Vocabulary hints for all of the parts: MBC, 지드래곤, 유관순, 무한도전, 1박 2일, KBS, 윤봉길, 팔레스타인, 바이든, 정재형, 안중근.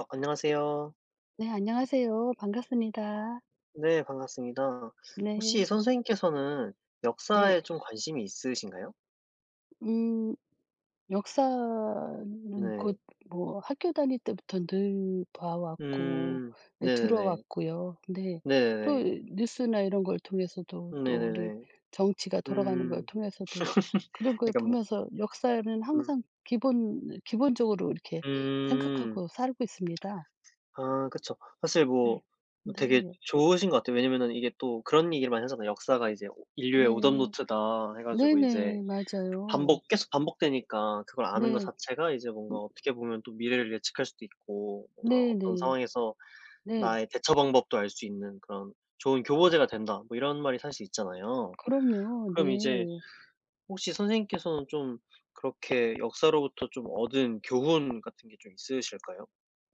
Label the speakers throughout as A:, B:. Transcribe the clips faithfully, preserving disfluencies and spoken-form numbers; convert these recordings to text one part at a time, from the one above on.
A: 어, 안녕하세요.
B: 네, 안녕하세요. 반갑습니다.
A: 네, 반갑습니다. 혹시
B: 네.
A: 선생님께서는
B: 네.
A: 역사에 좀 관심이 있으신가요?
B: 음 역사는
A: 네.
B: 곧 뭐 학교 다닐 때부터 늘 봐 왔고
A: 음.
B: 네
A: 네네네.
B: 들어왔고요. 네. 또
A: 네네네.
B: 뉴스나 이런 걸 통해서도 또 우리
A: 네네네.
B: 정치가 돌아가는 걸
A: 음.
B: 통해서도 그런 걸
A: 약간 뭐
B: 보면서 역사는
A: 음.
B: 항상 기본 기본적으로 이렇게
A: 음.
B: 생각하고 살고 있습니다.
A: 아 그쵸. 사실 뭐
B: 네.
A: 뭐 되게
B: 네.
A: 좋으신 것 같아요. 왜냐면은 이게 또 그런 얘기를 많이 하잖아요. 역사가 이제 오 "인류의
B: 네.
A: 오답노트다." 해 가지고 이제
B: 네네. 맞아요.
A: 반복 계속 반복되니까 그걸 아는 것
B: 네.
A: 자체가 이제 뭔가
B: 음
A: 어떻게 보면 또 미래를 예측할 수도 있고 뭔가 어떤
B: 네네.
A: 상황에서
B: 네.
A: 나의 대처 방법도 알 수 있는 그런 좋은 교보제가 된다 뭐 이런 말이 사실 있잖아요.
B: 그럼요.
A: 그럼 이제
B: 네.
A: 혹시 선생님께서는 좀 그렇게 역사로부터 좀 얻은 교훈 같은 게 좀 있으실까요?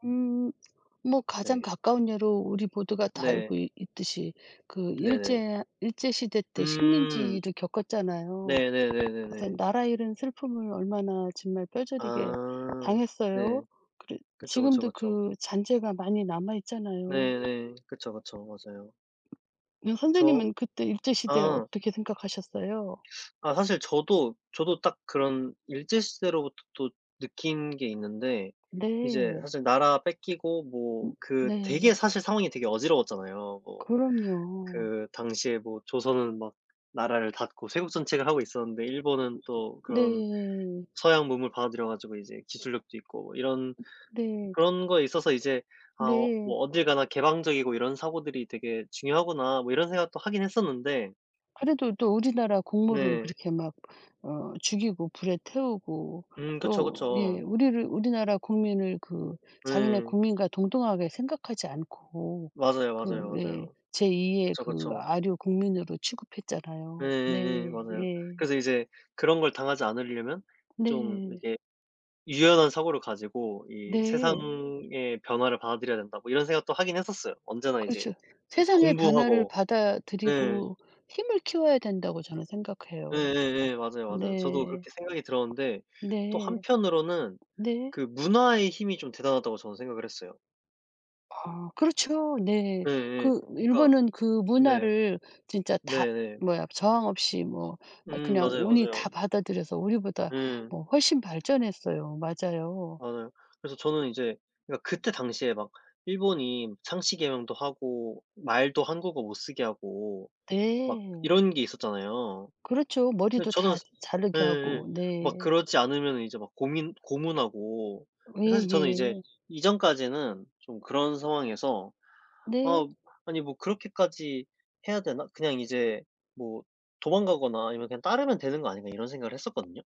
B: 음 뭐 가장
A: 네.
B: 가까운 예로 우리 모두가 다 알고
A: 네.
B: 있 있듯이 그
A: 네네.
B: 일제 일제 시대 때
A: 음.
B: 식민지를 겪었잖아요. 그래서
A: 네네네네네.
B: 나라 잃은 슬픔을 얼마나 정말 뼈저리게
A: 아.
B: 당했어요.
A: 네.
B: 그래
A: 그쵸, 그쵸,
B: 지금도
A: 그쵸.
B: 그 잔재가 많이 남아 있잖아요.
A: 네네. 그쵸, 그쵸. 맞아요.
B: 음
A: 저
B: 선생님은 그때 일제 시대
A: 아.
B: 어떻게 생각하셨어요?
A: 아 사실 저도 저도 딱 그런 일제 시대로부터 또 느낀 게 있는데 이제
B: 네.
A: 사실 나라 뺏기고 뭐 그 되게
B: 네.
A: 사실 상황이 되게 어지러웠잖아요. 뭐
B: 그럼요.
A: 그 당시에 뭐 조선은 막 나라를 닫고 세국 정책을 하고 있었는데 일본은 또 그런
B: 네.
A: 서양 문물 받아들여 가지고 이제 기술력도 있고 뭐 이런
B: 네.
A: 그런 거에 있어서 이제 '아 어
B: 네.
A: 뭐 어딜 가나 개방적이고 이런 사고들이 되게 중요하구나.' 뭐 이런 생각도 하긴 했었는데
B: 그래도 또 우리나라 국물을
A: 네.
B: 그렇게 막 어 죽이고 불에 태우고
A: 음 그쵸,
B: 또 예
A: 그쵸.
B: 우리를 우리나라 국민을 그 자기네
A: 네.
B: 국민과 동등하게 생각하지 않고
A: 맞아요,
B: 그
A: 맞아요,
B: 예
A: 맞아요.
B: 제이 의
A: 그쵸,
B: 그
A: 그쵸.
B: 아류 국민으로 취급했잖아요.
A: 예예예.
B: 네.
A: 맞아요.
B: 예.
A: 그래서 이제 그런 걸 당하지 않으려면 좀
B: 네.
A: 이게 유연한 사고를 가지고 이
B: 네.
A: '세상의 변화를 받아들여야 된다.' 뭐 이런 생각도 하긴 했었어요. 언제나 이제
B: 그렇죠.
A: 좀
B: 세상의 변화를
A: 공부하고 예.
B: 받아들이고 힘을 키워야 된다고 저는 생각해요.
A: 예예예. 맞아요, 맞아요. 저도
B: 네.
A: 그렇게 생각이 들었는데 또
B: 네.
A: 한편으로는
B: 네.
A: 그 문화의 힘이 좀 대단하다고 저는 생각을 했어요.
B: 아 그렇죠. 네.
A: 예예.
B: 그
A: 그러니까
B: 일본은 그
A: 네.
B: 문화를 진짜 다
A: 네네.
B: 뭐야 저항 없이 뭐 아
A: 음
B: 그냥
A: 맞아요,
B: 온이
A: 맞아요.
B: 다 받아들여서 우리보다
A: 예.
B: 뭐 훨씬 발전했어요. 맞아요.
A: 맞아요. 그래서 저는 이제 그러니까 그때 당시에 막 일본이 상시 개명도 하고 말도 한국어 못 쓰게 하고 막
B: 네.
A: 이런 게 있었잖아요.
B: 그렇죠.
A: 근데
B: 머리도
A: 저는
B: 다
A: 스
B: 자르게
A: 예예.
B: 하고.
A: 막
B: 네.
A: 그러지 않으면은 이제 막 고민 고문하고 사실
B: 예예.
A: 저는 이제 이전까지는 좀 그런 상황에서
B: 네.
A: '아 아니 뭐 그렇게까지 해야 되나? 그냥 이제 뭐 도망가거나 아니면 그냥 따르면 되는 거 아닌가?' 이런 생각을 했었거든요.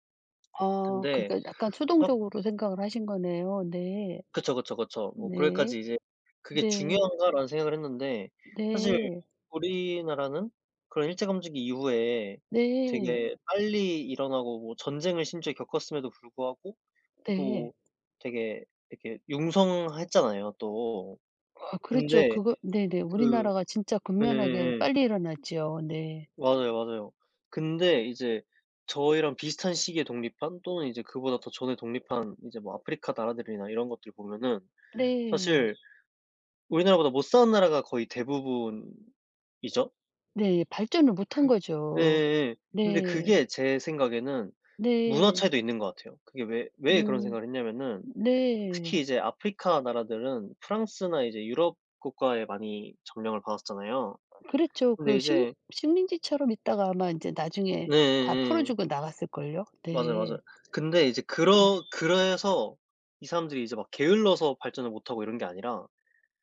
B: 아
A: 근데
B: 그러니까 약간
A: 생각
B: 수동적으로 생각을 하신 거네요. 네.
A: 그쵸, 그쵸, 그쵸. 뭐 그럴까
B: 네.
A: 지 이제 '그게
B: 네.
A: 중요한가?'라는 생각을 했는데 사실
B: 네.
A: 우리나라는 그런 일제 감점기 이후에
B: 네.
A: 되게 빨리 일어나고 뭐 전쟁을 심지어 겪었음에도 불구하고
B: 네.
A: 또 되게 이렇게 융성했잖아요 또.
B: 아 그랬죠.
A: 근데
B: 그거 네네.
A: 그
B: 우리나라가 진짜 급면하게
A: 예예예.
B: 빨리 일어났지요. 네.
A: 맞아요, 맞아요. 근데 이제 저희랑 비슷한 시기에 독립한 또는 이제 그보다 더 전에 독립한 이제 뭐 아프리카 나라들이나 이런 것들 보면은
B: 네.
A: 사실 우리나라보다 못 사는 나라가 거의 대부분이죠.
B: 네. 발전을 못한
A: 그
B: 거죠.
A: 예예예. 근데
B: 네.
A: 그게 제 생각에는 문화
B: 네.
A: 차이도 있는 것 같아요. 그게 왜 왜 그런
B: 음.
A: 생각을 했냐면은
B: 네.
A: 특히 이제 아프리카 나라들은 프랑스나 이제 유럽 국가에 많이 점령을 받았잖아요.
B: 그랬죠.
A: 근데
B: 그 식
A: 이제
B: 식민지처럼 있다가 아마 인제 나중에
A: 네
B: 다 풀어
A: 예예.
B: 주고 나갔을걸요.
A: 맞아요, 맞아요.
B: 네.
A: 근데 이제 그러 그래서 이 사람들이 이제 막 게을러서 발전을 못하고 이런 게 아니라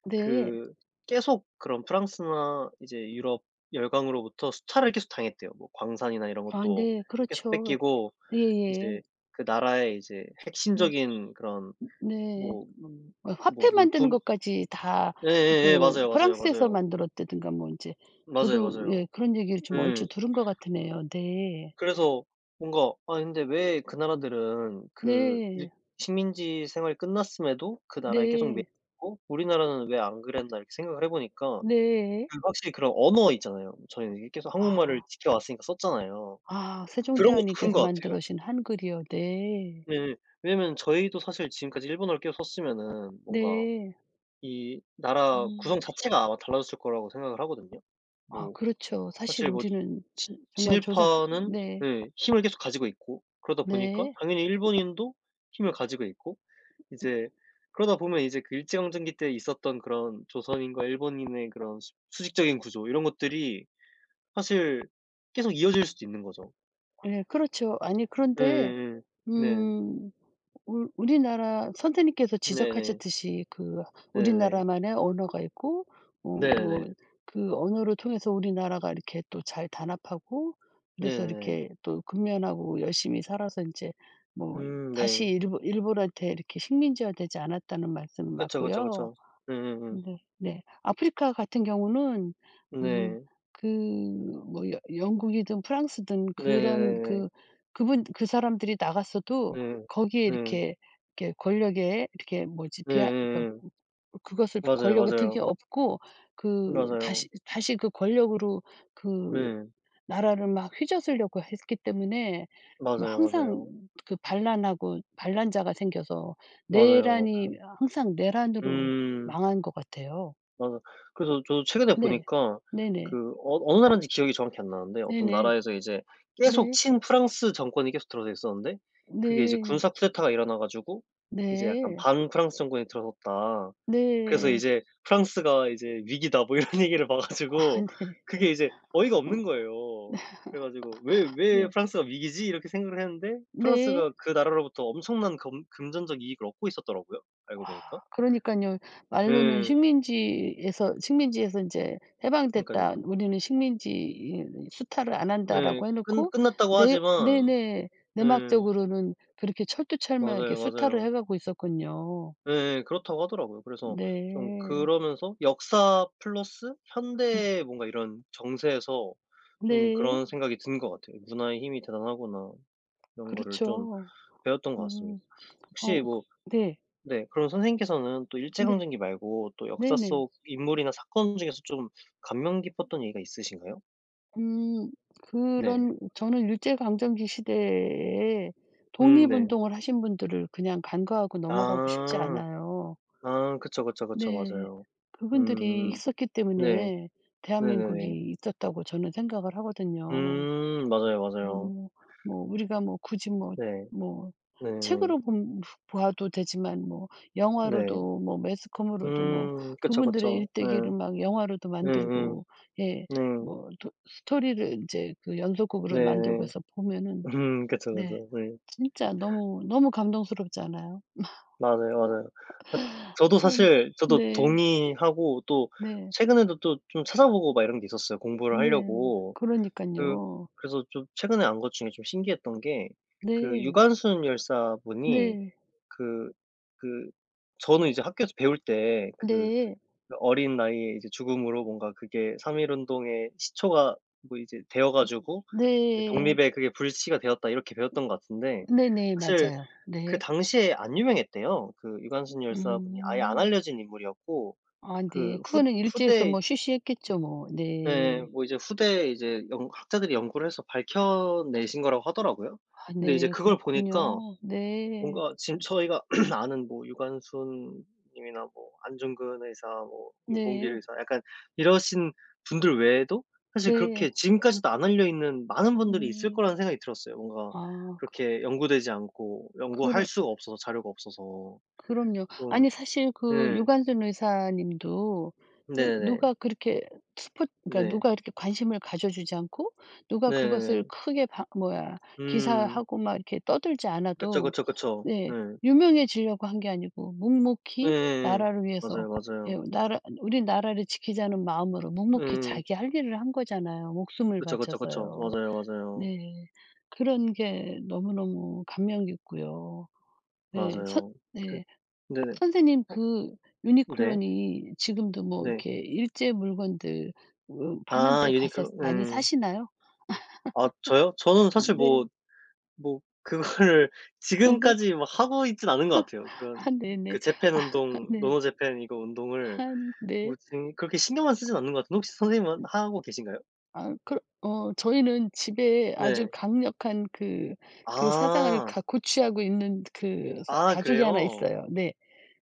B: 네.
A: 그 계속 그런 프랑스나 이제 유럽 열강으로부터 수차를 계속 당했대요. 뭐 광산이나 이런
B: 아
A: 것도
B: 네.
A: 계속
B: 그렇죠.
A: 뺏기고 이제
B: 예예.
A: 그 나라의 이제
B: 음
A: 핵심적인 그런
B: 네.
A: 뭐 음.
B: 어
A: 뭐
B: 화폐 만드는
A: 물품
B: 것까지 다
A: 예예예.
B: 그
A: 맞아요, 맞아요,
B: 프랑스에서
A: 맞아요.
B: 만들었다든가 뭐 이제
A: 맞아요,
B: 저도
A: 맞아요.
B: 예 그런 얘기를 좀
A: 예.
B: 얼추 들은 것 같으네요. 네.
A: 그래서 뭔가 아 근데 왜 그 나라들은 그 일
B: 네.
A: 식민지 생활이 끝났음에도 그 나라에 계속 매여
B: 네.
A: 있고 '우리나라는 왜 안 그랬나.' 이렇게 생각을 해 보니까
B: 네.
A: 그 확실히 그런 언어 있잖아요. 저희는 이게 계속 한국말을
B: 아.
A: 지켜왔으니까 썼잖아요.
B: 아
A: 그런 것도 큰
B: 세종대왕님께서
A: 것
B: 만들어
A: 같아요.
B: 오신 한글이요. 네.
A: 네. 왜냐면 저희도 사실 지금까지 일본어를 계속 썼으면은 뭔가
B: 네.
A: 이 나라 구성
B: 음.
A: 자체가 아마 달라졌을 거라고 생각을 하거든요.
B: 아
A: 뭐
B: 그렇죠. 사실
A: 사실 뭐
B: 우리는
A: 친
B: 정말 조상
A: 친일파는
B: 네.
A: 네 힘을 계속 가지고 있고 그러다 보니까
B: 네.
A: 당연히 일본인도 힘을 가지고 있고 이제 그러다 보면 이제 그 일제강점기 때 있었던 그런 조선인과 일본인의 그런 수 수직적인 구조 이런 것들이 사실 계속 이어질 수도 있는 거죠.
B: 예 그렇죠. 아니 그런데
A: 예예예. 네.
B: 음 우 우리나라 선생님께서
A: 네네.
B: 지적하셨듯이 그
A: 네네네.
B: 우리나라만의 언어가 있고 어 뭐
A: 네네네.
B: 그 언어를 통해서 우리나라가 이렇게 또 잘 단합하고 그래서
A: 네네네.
B: 이렇게 또 근면하고 열심히 살아서 이제 뭐
A: 음 네.
B: 다시 일본 일본한테 이렇게 식민지화되지 않았다는 말씀
A: 그쵸, 그쵸,
B: 맞고요.
A: 그쵸. 음음음.
B: 네. 네. 아프리카 같은 경우는 음
A: 네.
B: 그 뭐 여 영국이든 프랑스든 그런
A: 네네네네.
B: 그 그분 그 사람들이 나갔어도
A: 네.
B: 거기에
A: 네.
B: 이렇게 이렇게 권력에 이렇게 뭐지 비하 그러니까
A: 예예예.
B: 그것을
A: 맞아요,
B: 권력을 등에
A: 맞아요.
B: 업고 그
A: 맞아요.
B: 다시 다시 그 권력으로 그
A: 네.
B: 나라를 막 휘저으려고 했기 때문에 뭐
A: 맞아요,
B: 항상
A: 맞아요.
B: 그 반란하고 반란자가 생겨서
A: 맞아요,
B: 내란이
A: 맞아요.
B: 항상 내란으로
A: 음.
B: 망한 것 같아요.
A: 맞아. 그래서 저도 최근에
B: 네.
A: 보니까
B: 네네.
A: 그 어 어느 나라인지 기억이 정확히 안 나는데 어떤
B: 네네.
A: 나라에서 이제 계속
B: 네.
A: 친프랑스 정권이 계속 들어서 있었는데 그게 이제
B: 네.
A: 군사 쿠데타가 일어나 가지고 이제 약간
B: 네.
A: "반프랑스 정권이 들어섰다. 그래서
B: 네.
A: 이제 프랑스가 이제 위기다." 뭐 이런 얘기를 봐
B: 아
A: 가지고
B: 네.
A: 그게
B: 네.
A: 이제 어이가
B: 어
A: 없는 거예요. 그래 가지고 '왜 왜
B: 네.
A: 프랑스가 위기지?' 이렇게 생각을 했는데
B: 네.
A: 프랑스가 그 나라로부터 엄청난 금 금전적 이익을 얻고 있었더라고요 알고 보니까.
B: 그러니까요 말로는
A: 예.
B: 식민지에서 식민지에서 인제
A: 그러니깐요.
B: "해방됐다. 우리는 식민지 이 수탈을 안
A: 네.
B: 한다."라고 해
A: 끝
B: 놓고
A: 끝났다고
B: 내
A: 하지만
B: 네네.
A: 예.
B: 내막적으로는 그렇게 철두철미하게
A: 맞아요,
B: 수탈을
A: 맞아요.
B: 해 가고 있었군요.
A: 예예. 그렇다고 하더라고요. 그래서 좀
B: 네.
A: 그러면서 역사 플러스
B: 네.
A: 현대의 뭔가 이런 정세에서 좀
B: 네.
A: 그런 생각이 든 것 같아요. '문화의 힘이 대단하구나.' 이런 거를 좀
B: 그렇죠.
A: 배웠던 것
B: 음.
A: 같습니다.
B: 어
A: 혹시
B: 그
A: 뭐
B: 네.
A: 네 그럼 선생님께서는 또 일제
B: 네.
A: 강점기 말고 또 역사
B: 네네.
A: 속 인물이나 사건 중에서 좀 감명 깊었던 얘기가 있으신가요?
B: 음
A: 네.
B: 그런 저는 일제강점기 시대에
A: 음 네.
B: 독립운동을 하신 분들을 그냥 간과하고 넘어가고 싶지
A: 아.
B: 않아요.
A: 아 그쵸, 그쵸, 그쵸.
B: 네.
A: 맞아요.
B: 그분들이
A: 음.
B: 있었기
A: 네.
B: 때문에
A: 네네네.
B: 대한민국이 있었다고 저는 생각을 하거든요.
A: 음 맞아요, 맞아요.
B: 어 뭐 우리가 뭐 굳이 뭐
A: 네.
B: 뭐
A: 네네.
B: 책으로 본 봐도 되지만 뭐
A: 네.
B: 영화로도 뭐 매스컴으로도 뭐
A: 음 그쵸,
B: 그분들의
A: 그쵸. 네.
B: 일대기를 막 영화로도
A: 음음.
B: 만들고 예
A: 네.
B: 뭐 도 스토리를 이제 그 연속극으로 만들고
A: 네네.
B: 해서 보면은
A: 음 그쵸,
B: 네
A: 그쵸. 네.
B: 진짜 너무 너무 감동스럽지 않아요?
A: 맞아요, 맞아요. 아 저도
B: 아 네.
A: 사실 저도
B: 네.
A: 동의하고 또
B: 네.
A: 최근에도 또 좀 찾아보고 막 이런 게 있었어요, 공부를 하려고.
B: 그러니까
A: 그
B: 요
A: 그래서 좀 최근에 안 것 중에 좀 신기했던 게 그
B: 네.
A: 유관순 열사분이
B: 네.
A: 그 그 저는 이제 학교에서 배울 때그
B: 네.
A: 그 어린 나이에 이제 죽음으로 뭔가 그게 삼 일 운동의 시초가 뭐 이제 되어 가지고 이제
B: 네.
A: '독립의 그게 불씨가 되었다.' 이렇게 배웠던 것 같은데
B: 네네.
A: 사실
B: 맞아요.
A: 그
B: 네.
A: 당시에 안 유명했대요. 그 유관순 열사분이 아예 안
B: 음.
A: 알려진 인물이었고
B: 아
A: 그
B: 네.
A: 후
B: 그거는 일제에서
A: 후대
B: 뭐 쉬쉬했겠죠 뭐.
A: 예
B: 네.
A: 뭐 이제 후대에 이제 연 학자들이 연구를 해서 밝혀내신 거라고 하더라고요.
B: 아
A: 근데 이제
B: 네.
A: 그걸 보니까
B: 그렇군요. 네.
A: 뭔가 지금 저희가 아는 뭐 유관순 님이나 뭐 안중근 의사 뭐 윤봉길
B: 네.
A: 의사 약간 이러신 분들 외에도 사실
B: 네.
A: 그렇게 지금까지도 안 알려 있는 많은 분들이 있을 거라는
B: 음.
A: 생각이 들었어요. 뭔가
B: 아 그
A: 그렇게 연구되지 않고 연구할
B: 그러
A: 수가 없어서 자료가 없어서
B: 그럼요.
A: 좀
B: 아니 사실
A: 네
B: 그 유관순 의사님도 어,
A: 네네네.
B: 누가 그렇게 스포 그러니까
A: 네.
B: 누가 이렇게 관심을 가져주지 않고 누가 그것을
A: 네네네.
B: 크게 바 뭐야
A: 음.
B: 기사하고 막 이렇게 떠들지
A: 그쵸,
B: 않아도
A: 그쵸, 그쵸. 네
B: 네. 유명해지려고 한 게 아니고 묵묵히
A: 예예예.
B: 나라를 위해서
A: 맞아요,
B: 예
A: 맞아요.
B: 나라 우리 나라를 지키자는 마음으로 묵묵히
A: 음.
B: 자기 할 일을 한 거잖아요, 목숨을
A: 그쵸, 그쵸, 그쵸.
B: 바쳐서요.
A: 맞아요, 맞아요.
B: 네. 그런 게 너무너무 감명 깊고요. 네. 선
A: 맞아요. 그
B: 네.
A: 네네.
B: 선생님
A: 어
B: 그
A: 네.
B: 유니클로니 지금도 뭐
A: 네.
B: 이렇게 일제 물건들 으 파는
A: 아
B: 데 가서
A: 유니클로
B: 많이
A: 예.
B: 사시나요?
A: 아 저요? 저는 사실
B: 네.
A: 뭐 뭐 그거를
B: 아 네.
A: 지금까지 막 하고 있진 않은 것 같아요. 그런
B: 아
A: 그
B: 네네.
A: 재팬
B: 아
A: 운동
B: 네.
A: 노노 재팬 이거 운동을
B: 아
A: 뭐
B: 네.
A: 지금 그렇게 신경만 쓰진 않는 것 같은데 혹시 선생님은 하고 계신가요?
B: 아 그 어 저희는 집에 아주
A: 네.
B: 강력한 그 그 사상을
A: 아.
B: 가 고취하고 있는 그 사
A: 아
B: 가족이 하나
A: 그래요?
B: 있어요. 네.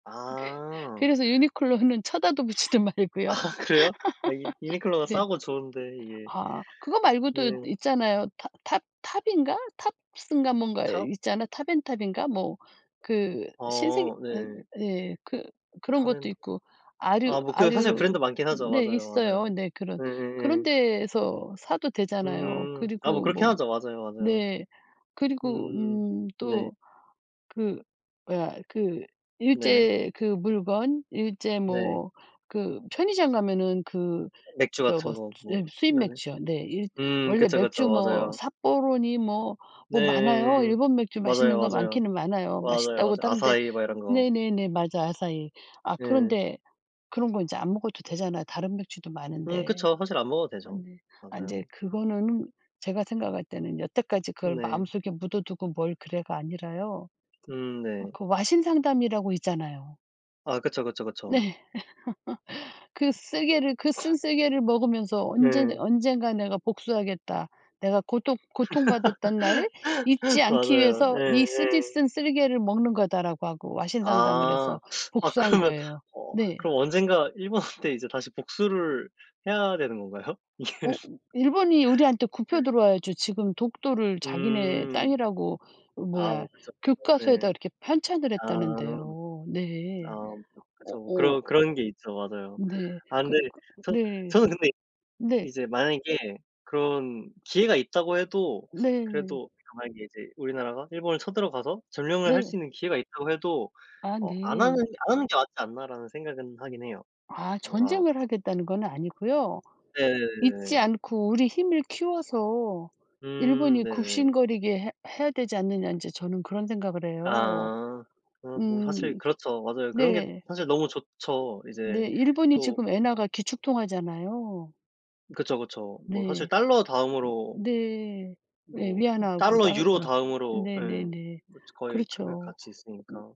A: 아.
B: 그래서 유니클로는 쳐다도 보지도 말고요.
A: 아 그래요? 아 유 유니클로가
B: 네.
A: 싸고 좋은데 이게
B: 아 그거 말고도
A: 네.
B: 있잖아요. 탑 탑 탑인가? 탑스인가 뭔가
A: 탑
B: 있잖아. 탑앤탑인가? 뭐 그 신세계
A: 어
B: 에,
A: 네.
B: 예 그 그런
A: 탑앤
B: 것도 있고 아류
A: 아 뭐 그 사실
B: 아류로
A: 브랜드 많긴 하죠.
B: 네
A: 맞아요,
B: 있어요.
A: 맞아요.
B: 네 그런 그런
A: 예예예.
B: 데에서 사도 되잖아요.
A: 음. 아 뭐
B: 그리고
A: 그렇긴
B: 뭐
A: 하죠. 맞아요, 맞아요.
B: 네. 그리고
A: 음.
B: 음
A: 네.
B: 또 그 뭐야 그
A: 네네.
B: 일제 그 물건 일제
A: 네.
B: 뭐 그 편의점 가면은 그
A: 맥주 같은
B: 저거 수
A: 거 뭐
B: 예 수입
A: 네네.
B: 맥주요. 네. 일
A: 음
B: 원래
A: 그쵸, 그쵸.
B: 맥주 뭐
A: 맞아요.
B: 삿포로니 뭐
A: 네
B: 뭐 많아요.
A: 예예예.
B: 일본 맥주
A: 맞아요,
B: 맛있는 거
A: 맞아요.
B: 많기는 많아요.
A: 맞아요, 맞아요.
B: 맛있다고 하는데
A: 아사이 막 이런 거.
B: "네네네. 맞아. 아사히." 아
A: 예.
B: 그런데 그런 거 인제 안 먹어도 되잖아요. 다른 맥주도
A: 음
B: 많은데.
A: 그쵸. 사실 안 먹어도
B: 아
A: 되죠.
B: 네. 아제
A: 맞아요.
B: 그거는 제가 생각할 때는 여태까지 그걸
A: 네.
B: 마음속에 묻어두고 뭘 그래가 아니라요.
A: 음
B: 어
A: 네.
B: 그 와신 상담이라고 있잖아요.
A: 아 그쵸, 그쵸, 그쵸.
B: 네. 그 쓰개를 그 쓴 쓰개를 먹으면서 '언제
A: 네.
B: 언젠가 내가 복수하겠다. 내가 고통 고통받았던 날을 잊지 않기
A: 맞아요.
B: 위해서 이 쓰디
A: 예예.
B: 쓴 쓰개를 먹는 거다.'라고 하고 와신 상담을
A: 아.
B: 해서
A: 아
B: 복수한
A: 그러면
B: 거예요.
A: 어
B: 네.
A: 그럼 언젠가 일본한테 이제 다시 복수를 해야 되는 건가요?
B: 어 일본이 우리한테 굽혀 들어와야죠. 지금 독도를 자기네
A: 음.
B: 땅이라고 어
A: 아 뭐
B: 뭐야
A: 그쵸, 그쵸.
B: 교과서에다
A: 네.
B: 이렇게 편찬을
A: 아.
B: 했다는데요.
A: 아
B: 네.
A: 뭐
B: 어
A: 그쵸. 뭐
B: 어
A: 그런 그런 게 있죠. 맞아요.
B: 네.
A: 아
B: 그
A: 근데
B: 그
A: 저
B: 네.
A: 저는 근데
B: 네.
A: 이제 만약에 그런 기회가 있다고 해도
B: 네.
A: 그래도 그러니까 만약에 이제 우리나라가 일본을 쳐들어가서 점령을 할
B: 네.
A: 수 있는 기회가 있다고 해도
B: 아
A: 어 '안 하는
B: 네.
A: 안 하는 게 맞지 않나.'라는 생각은 하긴 해요.
B: 아
A: 뭔가
B: 전쟁을 하겠다는 건 아니고요. 잊지
A: 네네네네.
B: 않고 우리 힘을 키워서
A: 음
B: 일본이
A: 네네.
B: 굽신거리게 해 해야 되지 않느냐 인제 저는 그런 생각을 해요.
A: 아. 어 뭐
B: 음
A: 사실 그렇죠. 맞아요. 그런 게
B: 네.
A: 사실 너무 좋죠. 이제
B: 네. 일본이
A: 또
B: 지금 엔화가 기축통화잖아요.
A: 그쵸, 그쵸. 뭐 사실
B: 네.
A: 달러 다음으로
B: 네. 네,
A: 뭐
B: 위안화하고
A: 달러,
B: 달러
A: 유로 다음으로 예.
B: 네네네.
A: 뭐 거의 그
B: 그렇죠.
A: 같이
B: 음
A: 있으니까.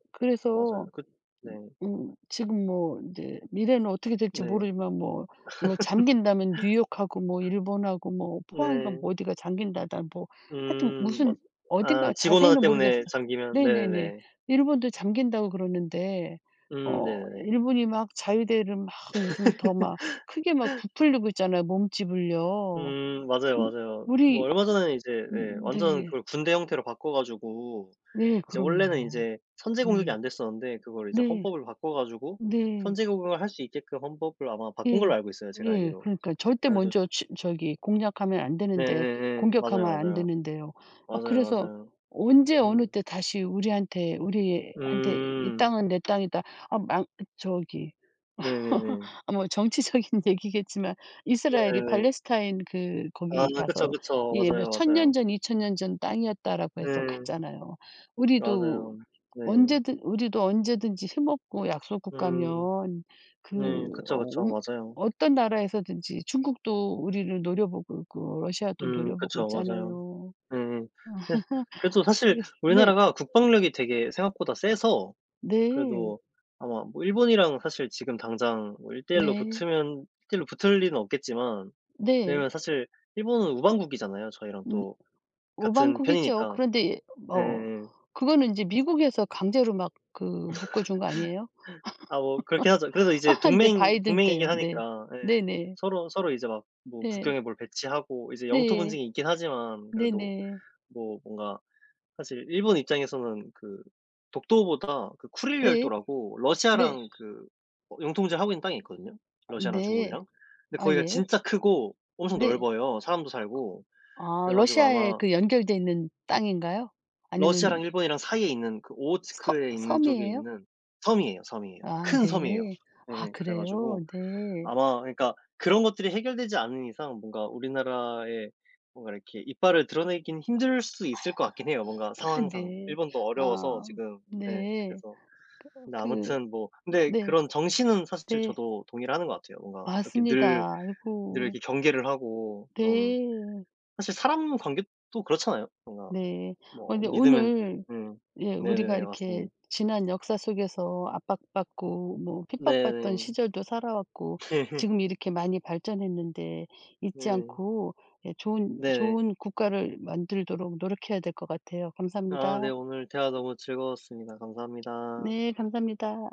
A: 맞아요.
B: 그래서
A: 그 네.
B: 음 지금 뭐 이제 미래는 어떻게 될지
A: 네.
B: 모르지만 뭐 뭐 잠긴다면 뉴욕하고 뭐 일본하고 뭐 포항인가
A: 네.
B: 뭐 어디가 잠긴다다 뭐 하여튼
A: 음
B: 무슨
A: 맞 아
B: 어딘가
A: 직원 하나
B: 자세히는 모르겠어.
A: 때문에 잠기면
B: 네네네.
A: 네네네.
B: 일본도 잠긴다고 그러는데
A: 음
B: 어
A: 네네네.
B: 일본이 막 자유대를 막 요즘 더 막 크게 막 부풀리고 있잖아요, 몸집을요.
A: 음 맞아요,
B: 이
A: 맞아요. 뭐
B: 우리
A: 얼마 전에 이제 네
B: 음
A: 완전
B: 네.
A: 그걸 군대 형태로 바꿔 가지고
B: 네
A: 이제 원래는 이
B: 그럼요.
A: 제 선제 공격이
B: 네.
A: 안 됐었는데 그걸 이제
B: 네.
A: 헌법을 바꿔 가지고
B: 네.
A: 선제 공격을 할 수 있게끔 헌법을 아마 바꾼 걸로
B: 예.
A: 알고 있어요, 제가
B: 예.
A: 알기로.
B: 그러니까 절대
A: 그래 가지고
B: 먼저 취 저기 공략하면 안 되는데
A: 네네네.
B: 공격하면
A: 맞아요,
B: 안
A: 맞아요.
B: 되는데요. 아
A: 맞아요,
B: 그래서
A: 맞아요.
B: 언제 어느
A: 음.
B: 때 다시 우리한테 우리한테 "이
A: 음.
B: 땅은 내 땅이다." 아 망 저기
A: 네네네.
B: 아 뭐 정치적인 얘기겠지만 이스라엘이
A: 네네네.
B: 팔레스타인 그
A: 아
B: 거기
A: 그쵸,
B: 가서
A: 그쵸.
B: 예 몇
A: 맞아요,
B: 천 년
A: 맞아요.
B: 전, 이천 년 전 땅이었다라고 해서
A: 네.
B: 갔잖아요. 우리도
A: 맞아요. 네.
B: 언제든 우리도 언제든지 힘없고 약소국
A: 음.
B: 가면 그
A: 네. 그쵸,
B: 어
A: 그쵸.
B: 음,
A: 맞아요.
B: 어떤 나라에서든지 중국도 우리를 노려보고 있고 러시아도
A: 음
B: 노려보고
A: 그쵸. 맞아요.
B: 있잖아요.
A: 네. 네. 그래서 그래도 사실
B: 네. 네.
A: 우리나라가 국방력이 되게 생각보다 세서
B: 네.
A: 그래도 아마 뭐 일본이랑 사실 지금 당장 뭐일 대 일로
B: 네.
A: 붙으면 일 대 일로 붙을 리는 없겠지만
B: 네.
A: 왜냐면 사실 일본은 우방국이잖아요, 저희랑
B: 음.
A: 또 같은
B: 오방국이죠.
A: 편이니까.
B: 그런데 뭐
A: 예예예.
B: 그거는 인제 미국에서 강제로 막 그 묶어 준 거 아니에요?
A: 아 뭐 그렇긴 하죠. 그래서 이제
B: 네
A: 동맹이
B: 바이든
A: 동맹이긴
B: 때요. 네.
A: 하니까 예.
B: 네네.
A: 서로 서로 이제 막 뭐
B: 네.
A: 국경에 뭘 배치하고 이제 영토
B: 네.
A: 분쟁이 있긴 하지만 그래도
B: 네네.
A: 뭐 뭔가 사실 일본 입장에서는 그 독도보다 그 쿠릴
B: 네.
A: 열도라고
B: 네.
A: 러시아랑 그 어 영통제를 하고 있는 땅이 있거든요, 러시아랑
B: 네.
A: 중국이랑. 근데
B: 아
A: 거기가
B: 예.
A: 진짜 크고 엄청
B: 네.
A: 넓어요, 사람도 살고.
B: 아
A: 그래 가지고
B: 러시아에
A: 아마
B: 그 연결돼 있는 땅인가요? 아니면
A: 러시아랑 일본이랑 사이에 있는 그
B: 섬
A: 오호츠크에 있는 쪽에
B: 섬이에요?
A: 있는 섬이에요, 섬이에요.
B: 아
A: 큰 섬이에요.
B: 네. 아
A: 예. 그래
B: 그래요?
A: 가지고
B: 네.
A: 아마 그러니까 그런 것들이 해결되지 않는 이상 뭔가 우리나라의 뭔가 이렇게 이빨을 드러내긴 힘들 수 있을 것 같긴 해요, 뭔가
B: 아
A: 상황상.
B: 네.
A: 일본도 어려워서
B: 아
A: 지금 예
B: 네.
A: 그래서
B: 그
A: 근데
B: 그
A: 아무튼 뭐 근데
B: 네.
A: 그런 정신은 사실
B: 네.
A: 저도 동의를 하는 것 같아요. 뭔가 이렇게 늘
B: 맞습니다.
A: 늘
B: 아이고.
A: 이렇게 경계를 하고 좀
B: 네.
A: 사실 사람 관계도 그렇잖아요. 뭔가
B: 네. 어
A: 뭐
B: 근데
A: 믿으면
B: 오늘
A: 음.
B: 예 우리가
A: 네네네.
B: 이렇게
A: 맞습니다.
B: 지난 역사 속에서 압박받고 뭐 핍박받던
A: 네네.
B: 시절도 살아왔고 지금 이렇게 많이 발전했는데 잊지
A: 네.
B: 않고 예 좋은
A: 네네.
B: 좋은 국가를 만들도록 노력해야 될 것 같아요.
A: 아 네.
B: 감사합니다.
A: 오늘 대화 너무 즐거웠습니다. 감사합니다.
B: 네 감사합니다.